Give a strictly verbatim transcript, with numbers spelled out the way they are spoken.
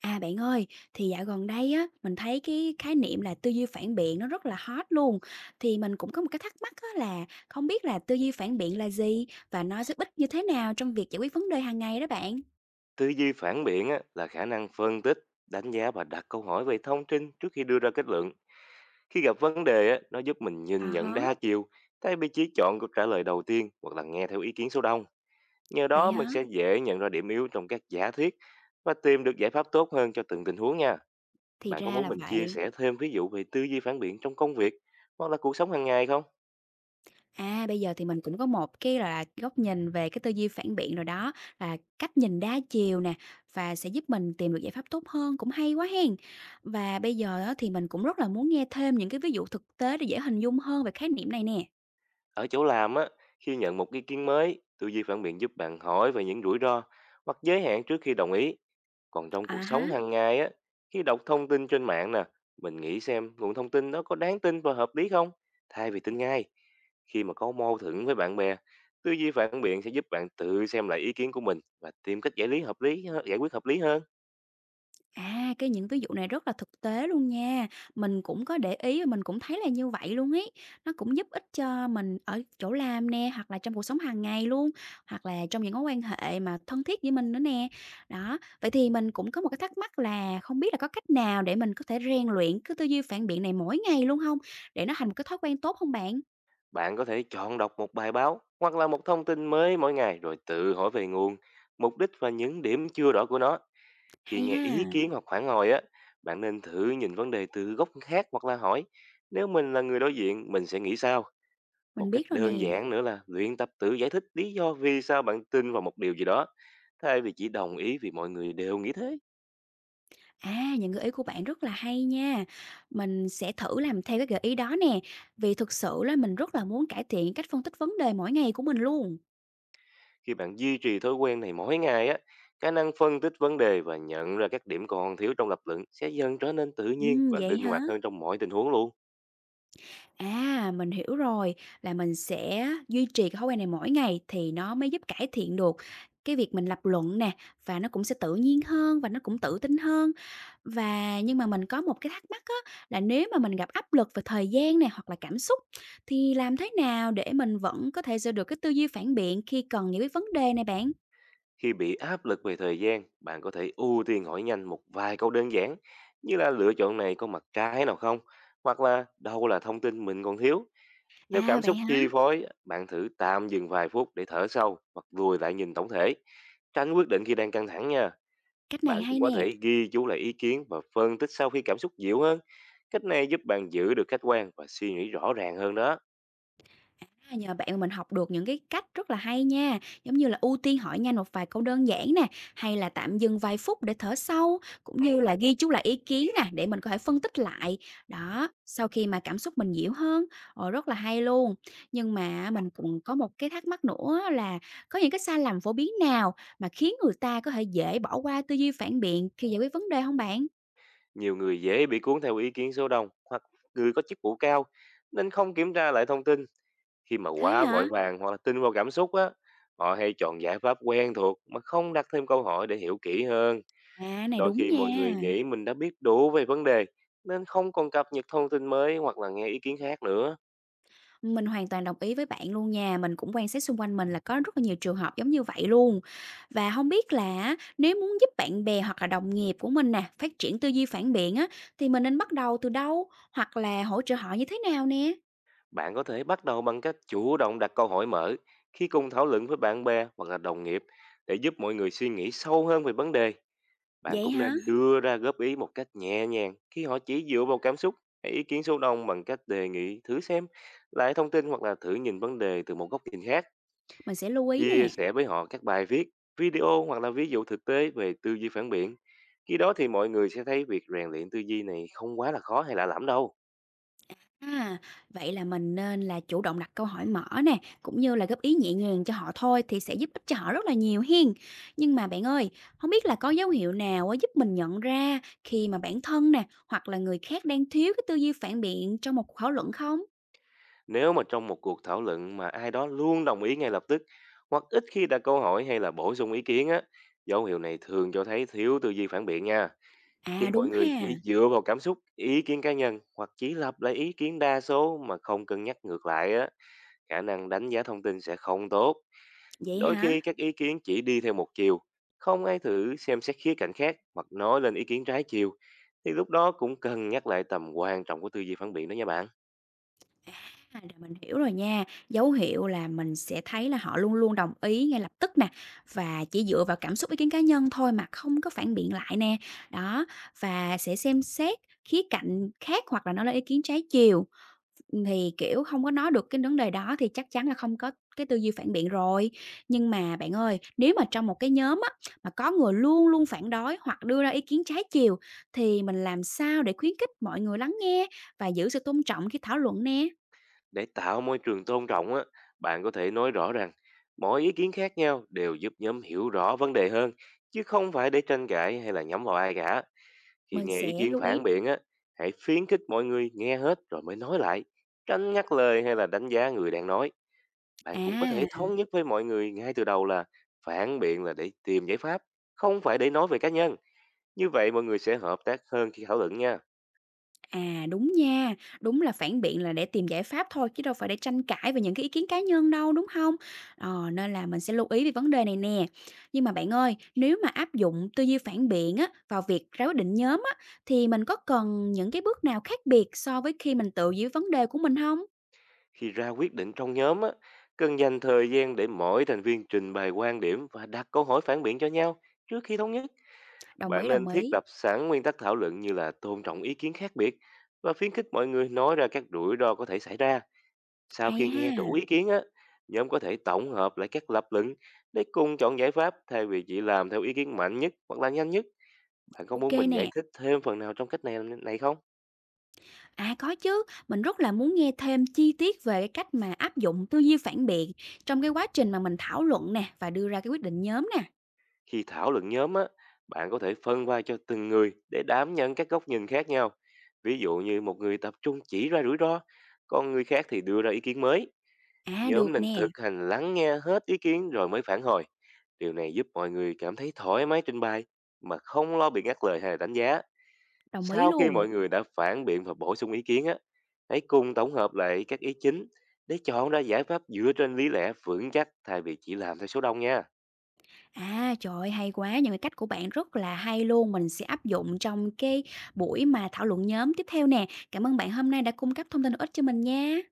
À, bạn ơi, thì dạo gần đây á, mình thấy cái khái niệm là tư duy phản biện nó rất là hot luôn. Thì mình cũng có một cái thắc mắc á là không biết là tư duy phản biện là gì và nó giúp ích như thế nào trong việc giải quyết vấn đề hàng ngày đó bạn? Tư duy phản biện á, là khả năng phân tích, đánh giá và đặt câu hỏi về thông tin trước khi đưa ra kết luận. Khi gặp vấn đề, á, nó giúp mình À nhìn nhận hả, đa chiều, thay vì chỉ chọn câu trả lời đầu tiên hoặc là nghe theo ý kiến số đông. Nhờ vậy đó mình hả? sẽ dễ nhận ra điểm yếu trong các giả thiết và tìm được giải pháp tốt hơn cho từng tình huống nha. Thì Bạn có ra muốn là mình chia vậy. sẻ thêm ví dụ về tư duy phản biện trong công việc hoặc là cuộc sống hàng ngày không? À, bây giờ thì mình cũng có một cái là góc nhìn về cái tư duy phản biện rồi đó, là cách nhìn đa chiều nè và sẽ giúp mình tìm được giải pháp tốt hơn, cũng hay quá hen. Và bây giờ á, thì mình cũng rất là muốn nghe thêm những cái ví dụ thực tế để dễ hình dung hơn về khái niệm này nè. Ở chỗ làm á, khi nhận một ý kiến mới, tư duy phản biện giúp bạn hỏi về những rủi ro hoặc giới hạn trước khi đồng ý. Còn trong À cuộc há, sống hàng ngày á, khi đọc thông tin trên mạng nè, mình nghĩ xem nguồn thông tin đó có đáng tin và hợp lý không, thay vì tin ngay. Khi mà có mâu thuẫn với bạn bè, tư duy phản biện sẽ giúp bạn tự xem lại ý kiến của mình và tìm cách giải lý hợp lý hơ- giải quyết hợp lý hơn. à, cái những ví dụ này rất là thực tế luôn nha. Mình cũng có để ý và mình cũng thấy là như vậy luôn ấy. Nó cũng giúp ích cho mình ở chỗ làm nè, hoặc là trong cuộc sống hàng ngày luôn, hoặc là trong những mối quan hệ mà thân thiết với mình nữa nè. Đó, vậy thì mình cũng có một cái thắc mắc là không biết là có cách nào để mình có thể rèn luyện cái tư duy phản biện này mỗi ngày luôn không, để nó thành một cái thói quen tốt không bạn? Bạn có thể chọn đọc một bài báo hoặc là một thông tin mới mỗi ngày rồi tự hỏi về nguồn, mục đích và những điểm chưa rõ của nó. Khi Hay nghe ý ha, kiến hoặc phản hồi á, bạn nên thử nhìn vấn đề từ góc khác hoặc là hỏi, nếu mình là người đối diện mình sẽ nghĩ sao? Một mình cách biết rồi nè. đơn giản nữa là luyện tập tự giải thích lý do vì sao bạn tin vào một điều gì đó, thay vì chỉ đồng ý vì mọi người đều nghĩ thế. À, những gợi ý của bạn rất là hay nha. Mình sẽ thử làm theo cái gợi ý đó nè, vì thực sự là mình rất là muốn cải thiện cách phân tích vấn đề mỗi ngày của mình luôn. Khi bạn duy trì thói quen này mỗi ngày á, khả năng phân tích vấn đề và nhận ra các điểm còn thiếu trong lập luận sẽ dần trở nên tự nhiên Ừm, và vậy linh hả? hoạt hơn trong mọi tình huống luôn. À, mình hiểu rồi, là mình sẽ duy trì cái thói quen này mỗi ngày thì nó mới giúp cải thiện được cái việc mình lập luận nè, và nó cũng sẽ tự nhiên hơn và nó cũng tự tin hơn. Và nhưng mà mình có một cái thắc mắc á, là nếu mà mình gặp áp lực về thời gian nè, hoặc là cảm xúc thì làm thế nào để mình vẫn có thể giữ được cái tư duy phản biện khi cần giải quyết vấn đề này bạn? Khi bị áp lực về thời gian, bạn có thể ưu tiên hỏi nhanh một vài câu đơn giản, như là lựa chọn này có mặt trái nào không, hoặc là đâu là thông tin mình còn thiếu. Nếu À, cảm vậy xúc hả? chi phối, bạn thử tạm dừng vài phút để thở sâu hoặc lùi lại nhìn tổng thể. Tránh quyết định khi đang căng thẳng nha. Cách này Bạn cũng hay có nè. thể ghi chú lại ý kiến và phân tích sau khi cảm xúc dịu hơn. Cách này giúp bạn giữ được khách quan và suy nghĩ rõ ràng hơn đó. À, nhờ bạn mà mình học được những cái cách rất là hay nha, giống như là ưu tiên hỏi nhanh một vài câu đơn giản nè, hay là tạm dừng vài phút để thở sâu, cũng như là ghi chú lại ý kiến nè để mình có thể phân tích lại. Đó, sau khi mà cảm xúc mình dịu hơn, ồ, rất là hay luôn. Nhưng mà mình cũng có một cái thắc mắc nữa là có những cái sai lầm phổ biến nào mà khiến người ta có thể dễ bỏ qua tư duy phản biện khi giải quyết vấn đề không bạn? Nhiều người dễ bị cuốn theo ý kiến số đông hoặc người có chức vụ cao nên không kiểm tra lại thông tin. Khi mà Thế quá hả? vội vàng hoặc là tin vào cảm xúc á, họ hay chọn giải pháp quen thuộc mà không đặt thêm câu hỏi để hiểu kỹ hơn. À, này Đôi đúng khi mọi người nha. nghĩ mình đã biết đủ về vấn đề nên không còn cập nhật thông tin mới hoặc là nghe ý kiến khác nữa. Mình hoàn toàn đồng ý với bạn luôn nha, mình cũng quan sát xung quanh mình là có rất là nhiều trường hợp giống như vậy luôn. Và không biết là nếu muốn giúp bạn bè hoặc là đồng nghiệp của mình nè, phát triển tư duy phản biện á, thì mình nên bắt đầu từ đâu? Hoặc là hỗ trợ họ như thế nào nè? Bạn có thể bắt đầu bằng cách chủ động đặt câu hỏi mở khi cùng thảo luận với bạn bè hoặc là đồng nghiệp, để giúp mọi người suy nghĩ sâu hơn về vấn đề. Bạn Vậy cũng hả? nên đưa ra góp ý một cách nhẹ nhàng khi họ chỉ dựa vào cảm xúc hay ý kiến số đông, bằng cách đề nghị thử xem lại thông tin hoặc là thử nhìn vấn đề từ một góc nhìn khác. Mình sẽ lưu ý Chia nè. sẻ với họ các bài viết, video hoặc là ví dụ thực tế về tư duy phản biện. Khi đó thì mọi người sẽ thấy việc rèn luyện tư duy này không quá là khó hay lạ lẫm đâu. À, vậy là mình nên là chủ động đặt câu hỏi mở nè, cũng như là góp ý nhẹ nhàng cho họ thôi thì sẽ giúp ích cho họ rất là nhiều hiên. Nhưng mà bạn ơi, không biết là có dấu hiệu nào á giúp mình nhận ra khi mà bản thân nè, hoặc là người khác đang thiếu cái tư duy phản biện trong một cuộc thảo luận không? Nếu mà trong một cuộc thảo luận mà ai đó luôn đồng ý ngay lập tức hoặc ít khi đặt câu hỏi hay là bổ sung ý kiến á, dấu hiệu này thường cho thấy thiếu tư duy phản biện nha. Khi À mọi đúng người ha, chỉ dựa vào cảm xúc, ý kiến cá nhân hoặc chỉ lặp lại ý kiến đa số mà không cân nhắc ngược lại á, khả năng đánh giá thông tin sẽ không tốt. vậy Đôi hả? khi các ý kiến chỉ đi theo một chiều, không ai thử xem xét khía cạnh khác hoặc nói lên ý kiến trái chiều, thì lúc đó cũng cần nhắc lại tầm quan trọng của tư duy phản biện đó nha bạn. À, rồi mình hiểu rồi nha. Dấu hiệu là mình sẽ thấy là họ luôn luôn đồng ý ngay lập tức nè và chỉ dựa vào cảm xúc ý kiến cá nhân thôi mà không có phản biện lại nè. Đó, và sẽ xem xét khía cạnh khác hoặc là nói lên ý kiến trái chiều thì, kiểu, không có nói được cái vấn đề đó thì chắc chắn là không có cái tư duy phản biện rồi. Nhưng mà bạn ơi, nếu mà trong một cái nhóm á, mà có người luôn luôn phản đối hoặc đưa ra ý kiến trái chiều thì mình làm sao để khuyến khích mọi người lắng nghe và giữ sự tôn trọng khi thảo luận nè? Để tạo môi trường tôn trọng á, bạn có thể nói rõ rằng mỗi ý kiến khác nhau đều giúp nhóm hiểu rõ vấn đề hơn, chứ không phải để tranh cãi hay là nhắm vào ai cả. Khi Mình nghe ý sẽ kiến lưu ý. phản biện á, hãy khuyến khích mọi người nghe hết rồi mới nói lại. Tránh ngắt lời hay là đánh giá người đang nói. Bạn cũng có thể À, thống nhất với mọi người ngay từ đầu là phản biện là để tìm giải pháp, không phải để nói về cá nhân. Như vậy mọi người sẽ hợp tác hơn khi thảo luận nha. à, đúng nha, đúng là phản biện là để tìm giải pháp thôi chứ đâu phải để tranh cãi về những cái ý kiến cá nhân đâu, đúng không? Ờ, nên là mình sẽ lưu ý về vấn đề này nè. Nhưng mà bạn ơi, nếu mà áp dụng tư duy phản biện á, vào việc ra quyết định nhóm á, thì mình có cần những cái bước nào khác biệt so với khi mình tự giải vấn đề của mình không? Khi ra quyết định trong nhóm á, cần dành thời gian để mỗi thành viên trình bày quan điểm và đặt câu hỏi phản biện cho nhau trước khi thống nhất. Đồng Bạn ý, nên đồng thiết ý. lập sẵn nguyên tắc thảo luận như là tôn trọng ý kiến khác biệt và khuyến khích mọi người nói ra các rủi ro có thể xảy ra. Sau khi Hay nghe đủ ha, ý kiến á, nhóm có thể tổng hợp lại các lập luận để cùng chọn giải pháp, thay vì chỉ làm theo ý kiến mạnh nhất hoặc là nhanh nhất. Bạn có ok muốn mình giải nè. thích thêm phần nào trong cách này này không? À, có chứ, mình rất là muốn nghe thêm chi tiết về cái cách mà áp dụng tư duy phản biện trong cái quá trình mà mình thảo luận nè và đưa ra cái quyết định nhóm nè. Khi thảo luận nhóm á, bạn có thể phân vai cho từng người để đảm nhận các góc nhìn khác nhau. Ví dụ như một người tập trung chỉ ra rủi ro, còn người khác thì đưa ra ý kiến mới. À, Nhóm được nên nè, thực hành lắng nghe hết ý kiến rồi mới phản hồi. Điều này giúp mọi người cảm thấy thoải mái trình bày mà không lo bị ngắt lời hay là đánh giá. đồng ý Sau khi luôn. mọi người đã phản biện và bổ sung ý kiến á, hãy cùng tổng hợp lại các ý chính để chọn ra giải pháp dựa trên lý lẽ vững chắc, thay vì chỉ làm theo số đông nha. À, trời ơi, hay quá, những cái cách của bạn rất là hay luôn, mình sẽ áp dụng trong cái buổi mà thảo luận nhóm tiếp theo nè. Cảm ơn bạn hôm nay đã cung cấp thông tin hữu ích cho mình nha.